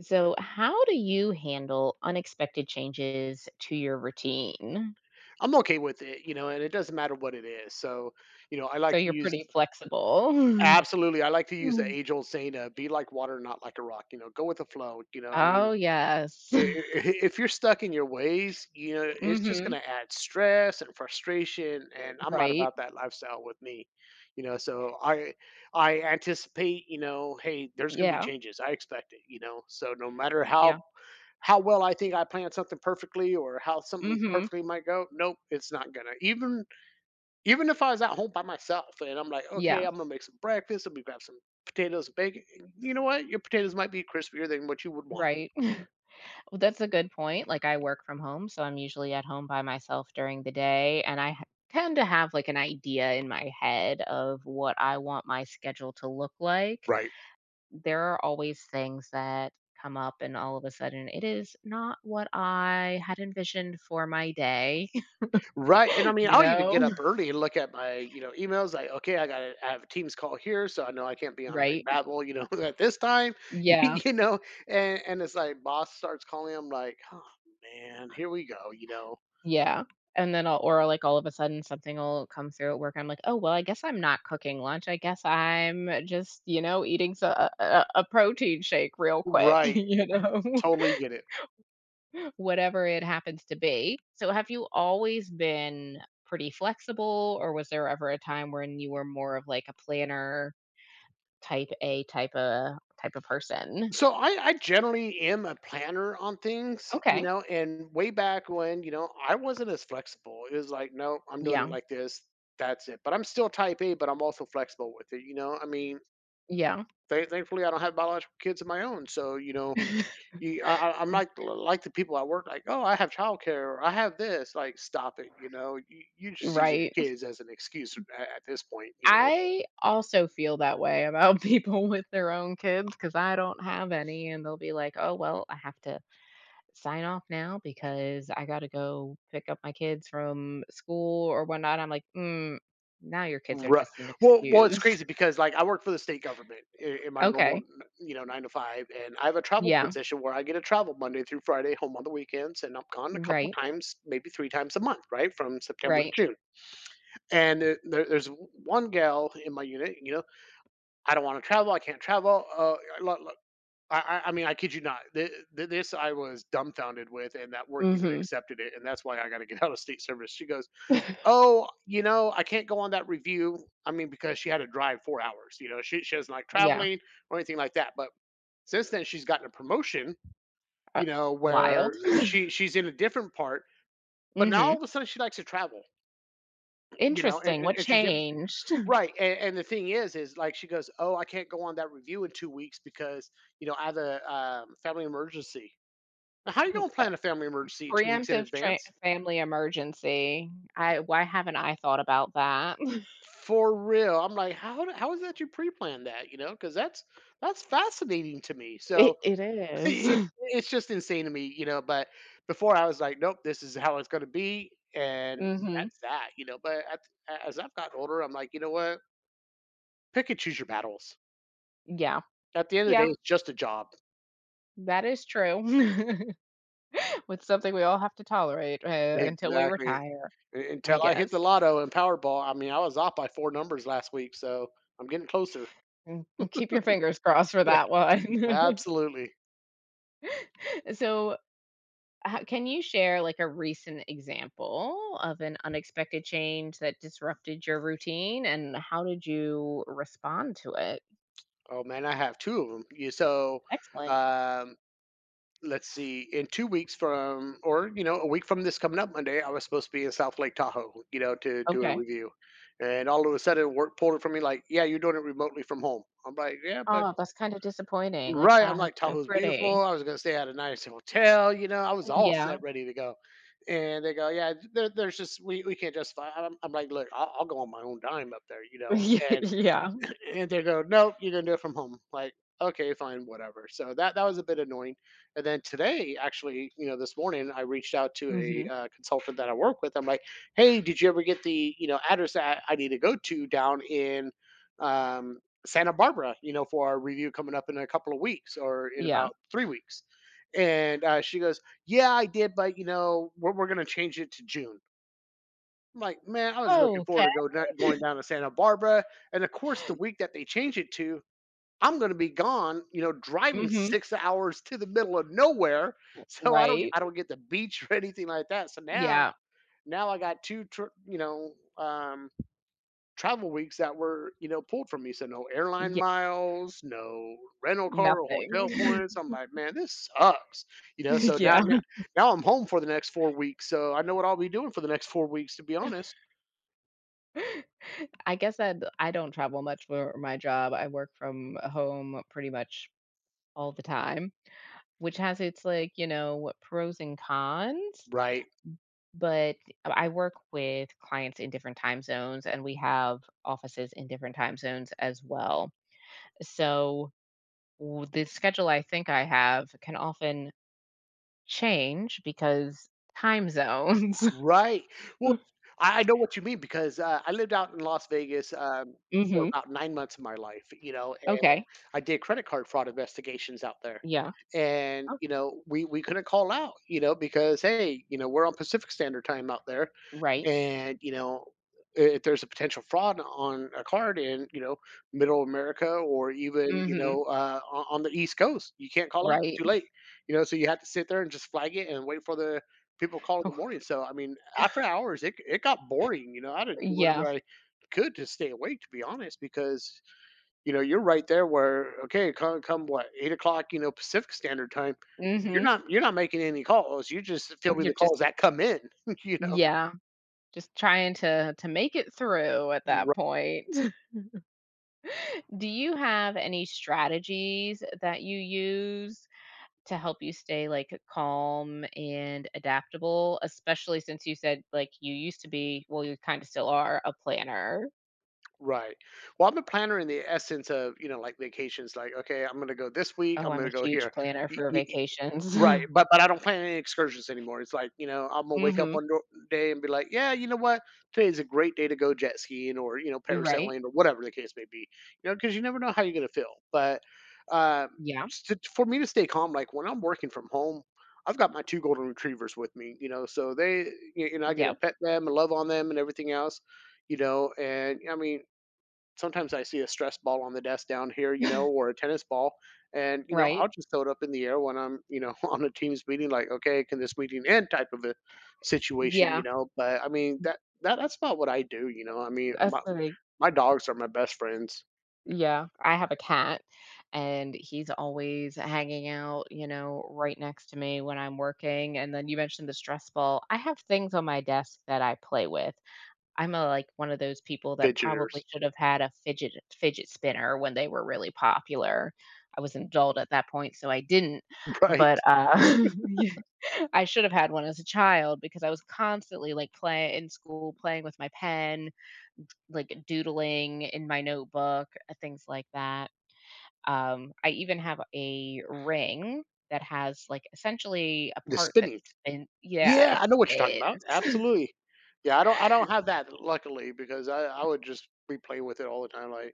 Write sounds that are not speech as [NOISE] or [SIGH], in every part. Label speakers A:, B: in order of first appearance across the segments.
A: So, how do you handle unexpected changes to your routine?
B: I'm okay with it, you know, and it doesn't matter what it is. So, you know, I like
A: So,
B: to
A: you're
B: use
A: pretty flexible. [LAUGHS]
B: absolutely. I like to use the
A: Mm.
B: age old saying, "Be like water, not like a rock." You know, go with the flow. You know, I mean,
A: Oh, yes.
B: i- i-
A: [LAUGHS]
B: i- if you're stuck in your ways, you know, it's just
A: Mhm.
B: going to add stress and frustration. And I'm not
A: Right.
B: about that lifestyle with me. You know, so I anticipate, you know, hey, there's going to be
A: Yeah.
B: changes. I expect it. You know, so no matter how
A: Yeah.
B: how well I think I planned something perfectly or how something
A: Mhm.
B: perfectly might go. Nope, it's not gonna. Even if I was at home by myself and I'm like, "Okay,
A: Yeah.
B: I'm gonna make some breakfast, let me grab some potatoes and bacon." You know what? Your potatoes might be crispier than what you would want.
A: Right. [LAUGHS] Well, that's a good point. Like, I work from home, so I'm usually at home by myself during the day, and I tend to have like an idea in my head of what I want my schedule to look like.
B: Right.
A: There are always things that come up, and all of a sudden it is not what I had envisioned for my day.
B: Right, and I
A: [LAUGHS]
B: mean,
A: You
B: I'll even
A: know?
B: get up early and look at my, you know, emails like, "Okay, I have a Teams call here, so I know I can't be on, like,
A: Right?
B: Babbel, you know, [LAUGHS] at this time." [LAUGHS]
A: Yeah.
B: You know? And it's like boss starts calling, I'm like, "Oh, man, here we go," you know?
A: Yeah. And then I'll or like, all of a sudden something will come through at work. I'm like, oh, well, I guess I'm not cooking lunch. I guess I'm just, you know, eating a protein shake real quick, [LAUGHS]
B: Right.
A: you know,
B: Totally get it.
A: [LAUGHS] whatever it happens to be. So, have you always been pretty flexible, or was there ever a time when you were more of like a planner, type of person?
B: So I generally am a planner on things, you
A: Okay.
B: know, and way back when, you know, I wasn't as flexible. It was like, no, I'm doing it
A: Yeah,
B: like this. That's it. But I'm still type A, but I'm also flexible with it. You know, I mean,
A: yeah.
B: thankfully I don't have biological kids of my own. So, you know,
A: [LAUGHS]
B: I'm like the people I work like, oh, I have childcare or I have this, like, stop it. You know, you're just using your
A: Right.
B: kids as an excuse at this point, you know?
A: I also feel that way about [LAUGHS] people with their own kids, because I don't have any, and they'll be like, "Oh, well, I have to sign off now because I gotta go pick up my kids from school or whatnot." I'm like, "Mm, now your kids are
B: Right.
A: just an
B: Well, it's
A: excuse."
B: crazy
A: [LAUGHS]
B: because, like, I work for the state government in my normal,
A: Okay.
B: you know, 9 to 5, and I have a travel
A: Yeah.
B: position where I get to travel Monday through Friday, home on the weekends, and I'm gone a couple of
A: Right.
B: times, maybe 3 times a month, right, from September to
A: Right.
B: June. And there's one gal in my unit, you know, "I don't wanna travel, I can't travel," look, I mean, I kid you not, th th this I was dumbfounded with, and that work even
A: Mhm.
B: accepted it, and that's why I gotta get [LAUGHS] out of state service. She goes,
A: [LAUGHS]
B: "Oh, you know, I can't go on that review." I mean, because she had to drive 4 hours, you know, she doesn't like
A: Yeah.
B: traveling or anything like that, but since then, she's gotten a promotion,
A: Uh,
B: you know,
A: Wild.
B: where [CLEARS THROAT]
A: [LAUGHS]
B: she's in a different part, but now
A: Mhm.
B: all of a sudden she likes to travel, you know, and
A: Interesting.
B: and
A: What
B: and she's able to.
A: changed?
B: Right, and the thing is, like, she goes, "Oh, I can't go on that review in 2 weeks because, you know, I have a, family emergency." Now how you
A: Uh,
B: gonna plan a family emergency 2 weeks in
A: Preemptive tra
B: advance?
A: family emergency. I Why haven't I thought about that? [LAUGHS]
B: For real. I'm like, how is that you pre plan that, you know, because that's fascinating to me. So,
A: It
B: [LAUGHS]
A: is. [LAUGHS]
B: it's just insane to me, you know, but before I was like, "Nope, this is how it's gonna be," and
A: Mhm.
B: that's that, you know, but at as I've gotten older, I'm like, "You know what? Pick and choose your battles.
A: Yeah.
B: At the end of the day,
A: Yeah.
B: it's just a job."
A: That is true. [LAUGHS] It's something we all have to tolerate, until we
B: Exactly.
A: retire,
B: U
A: I
B: until I hit the
A: guess.
B: lotto and Powerball, I mean, I was off by 4 numbers last week, so I'm getting closer.
A: Mm, mm, keep your fingers crossed for that
B: [LAUGHS]
A: one. [LAUGHS]
B: Absolutely.
A: So, ho can you share, like, a recent example of an unexpected change that disrupted your routine, and how did you respond to it?
B: Oh, man, I have 2 of them.
A: Excellent.
B: Um let's see, in 2 weeks from, or you know, a week from this coming up Monday, I was supposed to be in South Lake Tahoe, you know, to do a
A: Okay.
B: review, and all of a sudden, work pulled it from me, like, yeah, you're doing it remotely from home. I'm like, yeah, but
A: Oh, that's kind of disappointing, like,
B: right, I'm
A: Tahoe's
B: like,
A: so
B: Tahoe's beautiful.
A: pretty.
B: I was gonna stay at a nice hotel, you know, I was all
A: Yeah.
B: set,
A: [LAUGHS]
B: ready to go, and they go, yeah, there's just we can't justify. I'm like, look, I'll go on my own dime up there, you know,
A: Yeah,
B: and
A: yeah.
B: [CLEARS THROAT] and they go, "Nope, you're gonna do it from home." Like, okay, fine, whatever. So that was a bit annoying. And then today, actually, you know, this morning, I reached out to
A: Mhm.
B: a consultant that I work with. I'm like, "Hey, did you ever get the you know address that I need to go to down in um, Santa Barbara? You know, for our review coming up in a couple of weeks or in
A: Yeah.
B: about 3 weeks?" And she goes, "Yeah, I did, but you know, we're gonna change it to June." I'm like, "Man, I was looking forward
A: "Okay."
B: to go down going down to Santa Barbara," and of course, the week that they change it to, I'm gonna be gone, you know, driving
A: Mhm.
B: 6 hours to the middle of nowhere, [LAUGHS] so
A: Right.
B: I don't get the beach [LAUGHS] or anything like that, so now
A: Yeah.
B: I got 2 tr you know, travel weeks that were, you know, pulled from me, so no airline
A: Yeah.
B: miles, no rental car or
A: Nothing.
B: hotel points,
A: [LAUGHS]
B: I'm like, "Man, this sucks," you know, so now now
A: Yeah.
B: now I'm home for the next 4 weeks, so I know what I'll be doing for the next 4 weeks, to be honest.
A: I guess that I don't travel much for my job. I work from home pretty much all the time, which has its, like, you know, pros and cons,
B: Right.
A: but I work with clients in different time zones, and we have offices in different time zones as well. So, the schedule I think I have can often change because time zones. [LAUGHS]
B: Right. Well, I know what you mean because, I lived out in Las Vegas, for
A: Hmm.
B: about 9 months of my life, you know, and
A: Okay.
B: I did credit card fraud investigations out there.
A: Yeah.
B: And,
A: Oh,
B: you know, we couldn't call out, you know, because, hey, you know, we're on Pacific Standard Time out there,
A: right.
B: and you know if there's a potential fraud on a card in you know middle America or even you
A: Hmm.
B: know on the East Coast, you can't call out, it's
A: Right.
B: too late, you know, so you have to sit there and just flag it and wait for the people to call in the
A: Oh.
B: morning. So I mean after hours it got boring, you know, I had to do
A: [LAUGHS] Yeah.
B: whatever I could to stay awake to be honest because you know you're right there where okay come what 8 o'clock, you know, Pacific Standard Time,
A: Hmm.
B: you're not making any calls, you're just fielding
A: You're
B: the
A: just
B: calls that come in. [LAUGHS] You know?
A: Yeah, just trying to make it through at that point. [LAUGHS] Do you have any strategies that you use to help you stay like calm and adaptable, especially since you said like you used to be, well, you kind of still are a planner?
B: Right. Well, I'm a planner in the essence of, you know, like vacations, like, okay, I'm gonna go this week,
A: Oh,
B: I'm
A: I'm
B: gonna
A: a
B: go
A: huge
B: here.
A: planner
B: Y-
A: for
B: y- y-
A: vacations.
B: Right.
A: [LAUGHS]
B: But I don't plan any excursions anymore. It's like, you know, I'm gonna wake up
A: Mhm.
B: day and be like, yeah, you know what? Today's a great day to go jet skiing or, you know,
A: You're right.
B: parasailing or whatever the case may be, you know, because you never know how you're gonna feel. But um,
A: Yeah.
B: for me to stay calm, like when I'm working from home, I've got my two golden retrievers with me, you know, so they, you know, I get to
A: Yep.
B: pet them and love on them and everything else, you know, and I mean sometimes I see a stress ball on the desk down here, you know, or a tennis ball. And, you know, I'll
A: Right.
B: just throw it up in the air when I'm, you know, [LAUGHS] on a team's meeting, like, okay, can this meeting end type of a situation, you
A: Yeah.
B: know. But I mean that's not what I do, you know. I mean
A: That's the thing.
B: my dogs are my best friends,
A: Yeah. I have a cat, and he's always hanging out, you know, right next to me when I'm working, and then you mentioned the stress ball. I have things on my desk that I play with. I'm a like, one of those people that probably
B: fidgeters,
A: should have had a fidget spinner when they were really popular. I was an adult at that point, so I didn't,
B: [LAUGHS]
A: but,
B: right?
A: [LAUGHS] I should have had one as a child because I was constantly like play in school, playing with my pen, like doodling in my notebook, things like that. I even have a ring that has like essentially a
B: The
A: part
B: spinning.
A: that's thin. Yeah,
B: Yeah,
A: it
B: I know what you're talking about.
A: spins.
B: Absolutely. Yeah, I don't have that luckily because I would just be playing with it all the time. Like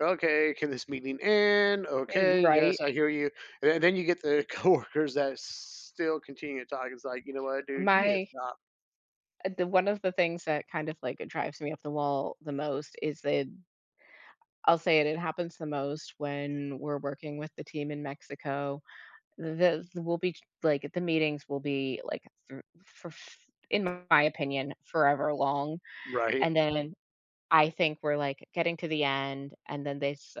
B: okay, can this meeting end? Okay,
A: [LAUGHS]
B: yes,
A: Right.
B: I hear you. And then you get the [LAUGHS] coworkers that still continue to talk. It's like, you know what, dude, you need to
A: My
B: stop.
A: the one of the things that kind of like drives me up the wall the most is that, I'll say it, it happens the most when we're working with the team in Mexico. The will be the meetings will be, like, through for in my opinion, forever long,
B: Right,
A: and then I think we're, like, getting to the end, and then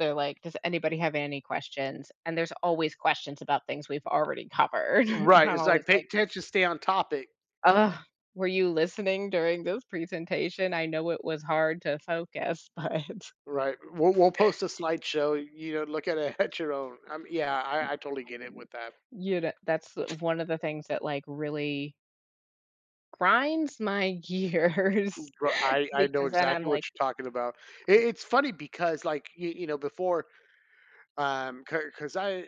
A: they're like, "Does anybody have any questions?" And there's always questions about things we've already covered, [LAUGHS] and
B: right.
A: I'm
B: It's like
A: always
B: pay
A: like,
B: attention, stay on topic.
A: oh, were you listening during this presentation? I know it was hard to focus, [LAUGHS] but,
B: Right. We'll post a slideshow. You know, look at it [LAUGHS] at your own. Yeah, I totally get it with that.
A: you know, that's one of the things that, like, really grinds my gears, [LAUGHS]
B: I know
A: because then I'm
B: exactly what
A: like.
B: you're talking about. It's funny because like you know before because I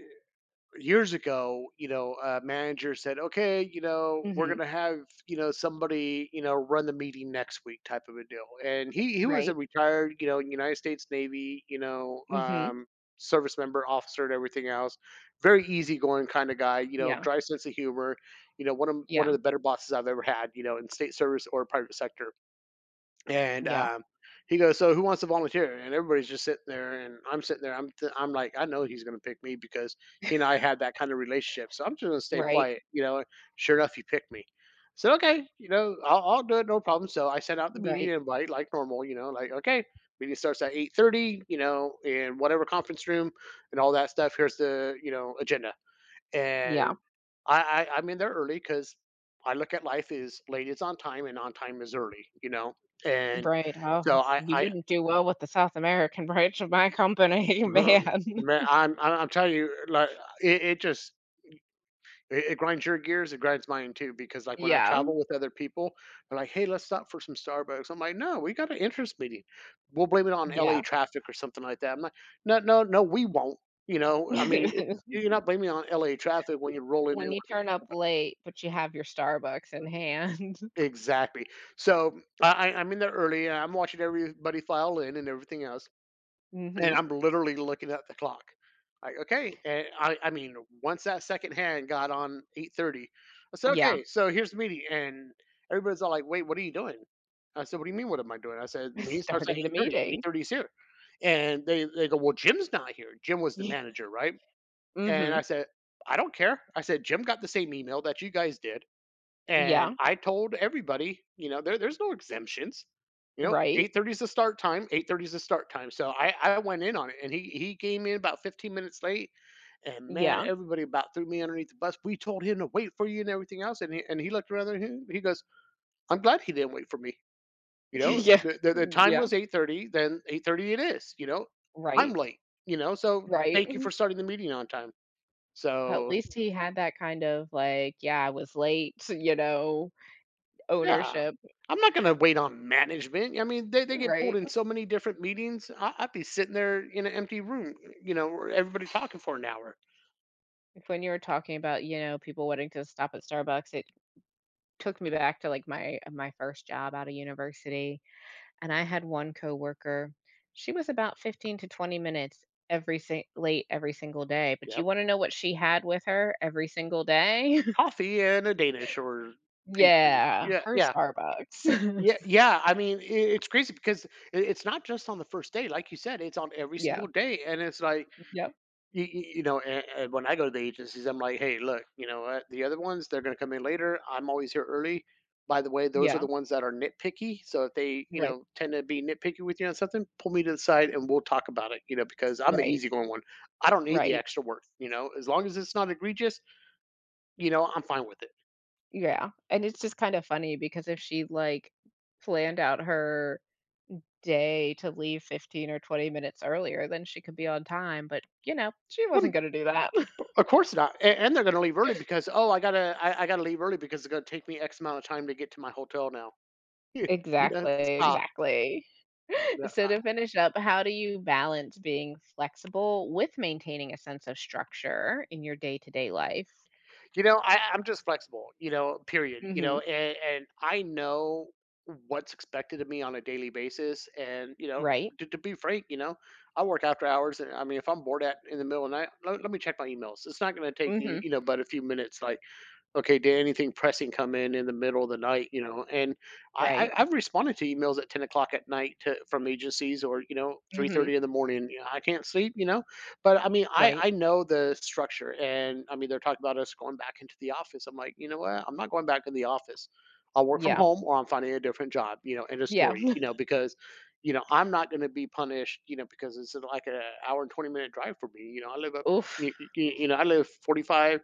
B: years ago, you know, a manager said, "Okay, you know, we're
A: Mhm.
B: gonna have you know somebody you know run the meeting next week," type of a deal. And he was a
A: Right.
B: retired you know United States Navy you know
A: Mhm.
B: service member, officer, and everything else. Very easygoing kind of guy, you know,
A: Yeah.
B: dry sense of humor. You know, one of
A: Yeah.
B: the better bosses I've ever had, you know, in state service or private sector and
A: Yeah.
B: he goes, "So who wants to volunteer?" And everybody's just sitting there, and I'm sitting there. I'm like, I know he's going to pick me because he and I had that kind of relationship. So I'm just going to stay
A: Right.
B: quiet, you know. Sure enough, he picked me. I said, "Okay, you know, I'll do it, no problem." So I sent out the meeting
A: Right.
B: invite like normal, you know, like okay. Meeting starts at 8:30, you know, in whatever conference room and all that stuff. Here's the, you know, agenda and
A: Yeah.
B: I'm in there early because I look at life as late is on time and on time is early, you know. And
A: Right. Oh,
B: so
A: you
B: I
A: wouldn't do well with the South American [LAUGHS] branch of my company, [LAUGHS]
B: um,
A: man.
B: man, I'm telling you like it, it just it grinds your gears, it grinds mine too because like when I
A: Yeah.
B: travel with other people, they're like, hey, let's stop for some Starbucks. I'm like, no, we got an interest meeting. We'll blame it on LA
A: Yeah.
B: traffic or something like that. I'm like, no, no, no, we won't. You know, I mean, it-
A: [LAUGHS]
B: you're not blaming it on LA traffic when you're rolling
A: When
B: in.
A: you turn up late, but you have your Starbucks in hand. [LAUGHS]
B: Exactly. So I'm in there early and I'm watching everybody file in and everything else. And
A: Mhm.
B: I'm literally looking at the clock. Like, okay. And I mean, once that second hand got on 8:30, I said,
A: Yeah.
B: okay, so here's the meeting. And everybody's all like, wait, what are you doing? I said, what do you mean, what am I doing? I said,
A: [LAUGHS]
B: meeting starts at
A: Starting the
B: 8:30.
A: meeting.
B: 8:30 is here. And they go, well, Jim's not here. Jim was the
A: Yeah.
B: manager, right? And I
A: Mhm.
B: said, I don't care. I said, Jim got the same email that you guys did. And
A: Yeah.
B: I told everybody, you know, there's no exemptions. You know,
A: Right.
B: 8:30 is the start time, 8:30 is the start time. So I went in on it and he came in about 15 minutes late and man,
A: Yeah.
B: everybody about threw me underneath the bus. We told him to wait for you and everything else and and he looked around and he goes, "I'm glad he didn't wait for me." You
A: [LAUGHS]
B: know,
A: Yeah.
B: the time
A: Yeah.
B: was 8:30, then 8:30 it is, you know. I'm
A: Right.
B: late, you know. So
A: Right.
B: thank you for starting the meeting on time.
A: Well, at
B: So,
A: least he had that kind of like, "Yeah, I was late," [LAUGHS] you know,
B: yeah.
A: ownership.
B: I'm not gonna wait on management. I mean, they get pulled
A: Right.
B: in so many different meetings. I'd be sitting there in an empty room, you know, where everybody talking for an hour.
A: Like, when you were talking about, you know, people wanting to stop at Starbucks, it took me back to, like, my first job out of university, and I had one coworker. She was about 15 to 20 minutes every sin late every single day, but you
B: Yep.
A: wanna know what she had with her every single day? [LAUGHS]
B: Coffee and a Danish or pastry.
A: Yeah,
B: Yeah,
A: her
B: yeah,
A: Starbucks.
B: yeah,
A: [LAUGHS]
B: yeah. I mean, I it's crazy because it's not just on the first day, like you said, it's on every
A: Yeah,
B: single day, and it's like
A: yep,
B: you, you know, and when I go to the agencies, I'm like, hey, look, you know what? The other ones, they're going to come in later. I'm always here early. By the way, those are the
A: yeah,
B: ones that are nitpicky. So if they, you
A: right,
B: know, tend to be nitpicky with you on something, pull me to the side and we'll talk about it, you know, because I'm the
A: right,
B: easygoing one. I don't need the
A: right.
B: extra work, you know, as long as it's not egregious, you know, I'm fine with it.
A: Yeah, and it's just kind of funny because if she, like, planned out her day to leave 15 or 20 minutes earlier, then she could be on time, but, you know, she
B: Well,
A: wasn't gonna do that. [LAUGHS]
B: of course not. And they're going to leave early because, oh, I got to, I got to leave early because it's going to take me X amount of time to get to my hotel now. [LAUGHS] you know,
A: Exactly,
B: stop.
A: exactly. [LAUGHS]
B: No,
A: So, to finish up, how do you balance being flexible with maintaining a sense of structure in your day-to-day life?
B: you know, I'm just flexible, you know, period, you know,
A: Mhm,
B: and I know what's expected of me on a daily basis and, you know,
A: right.
B: to be frank, you know, I work after hours and I mean if I'm bored at in the middle of the night, let me check my emails. It's not going to take me,
A: Mhm,
B: you know, but a few minutes like okay, did anything pressing come in the middle of the night, you know? And
A: right.
B: I've responded to emails at 10 o'clock at night to, from agencies or, you know,
A: Mhm,
B: 3:30 in the morning. You know, I can't sleep, you know? But I mean,
A: right.
B: I know the structure. And I mean, they're talking about us going back into the office. I'm like, you know what? I'm not going back in the office. I'll work from
A: Yeah,
B: home or I'm finding a different job, you know, end of
A: yeah.
B: story,
A: [LAUGHS]
B: you know, because, you know, I'm not going to be punished, you know, because it's like an hour and 20-minute drive for me. You know, I live up,
A: Oof.
B: you know, I live 45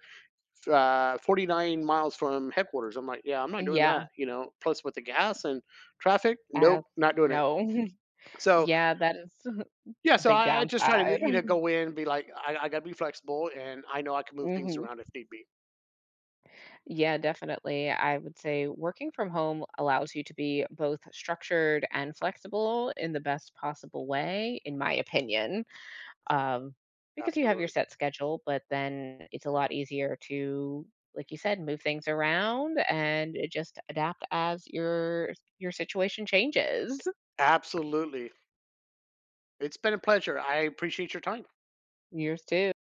B: 49 miles from headquarters. I'm like, yeah, I'm not doing
A: Yeah,
B: that, you know. Plus with the gas and traffic, nope,
A: uh,
B: not doing it.
A: no. [LAUGHS]
B: So
A: Yeah, that is.
B: yeah, so
A: Big
B: I just try to
A: downside.
B: you know
A: [LAUGHS]
B: go in, and be like, I gotta be flexible, and I know I can move things
A: Mhm.
B: around if need be.
A: Yeah, definitely. I would say working from home allows you to be both structured and flexible in the best possible way, in my opinion, um, because you have your
B: Absolutely,
A: set schedule, but then it's a lot easier to, like you said, move things around and just adapt as your situation changes.
B: absolutely. It's been a pleasure. I appreciate your time.
A: Yours too.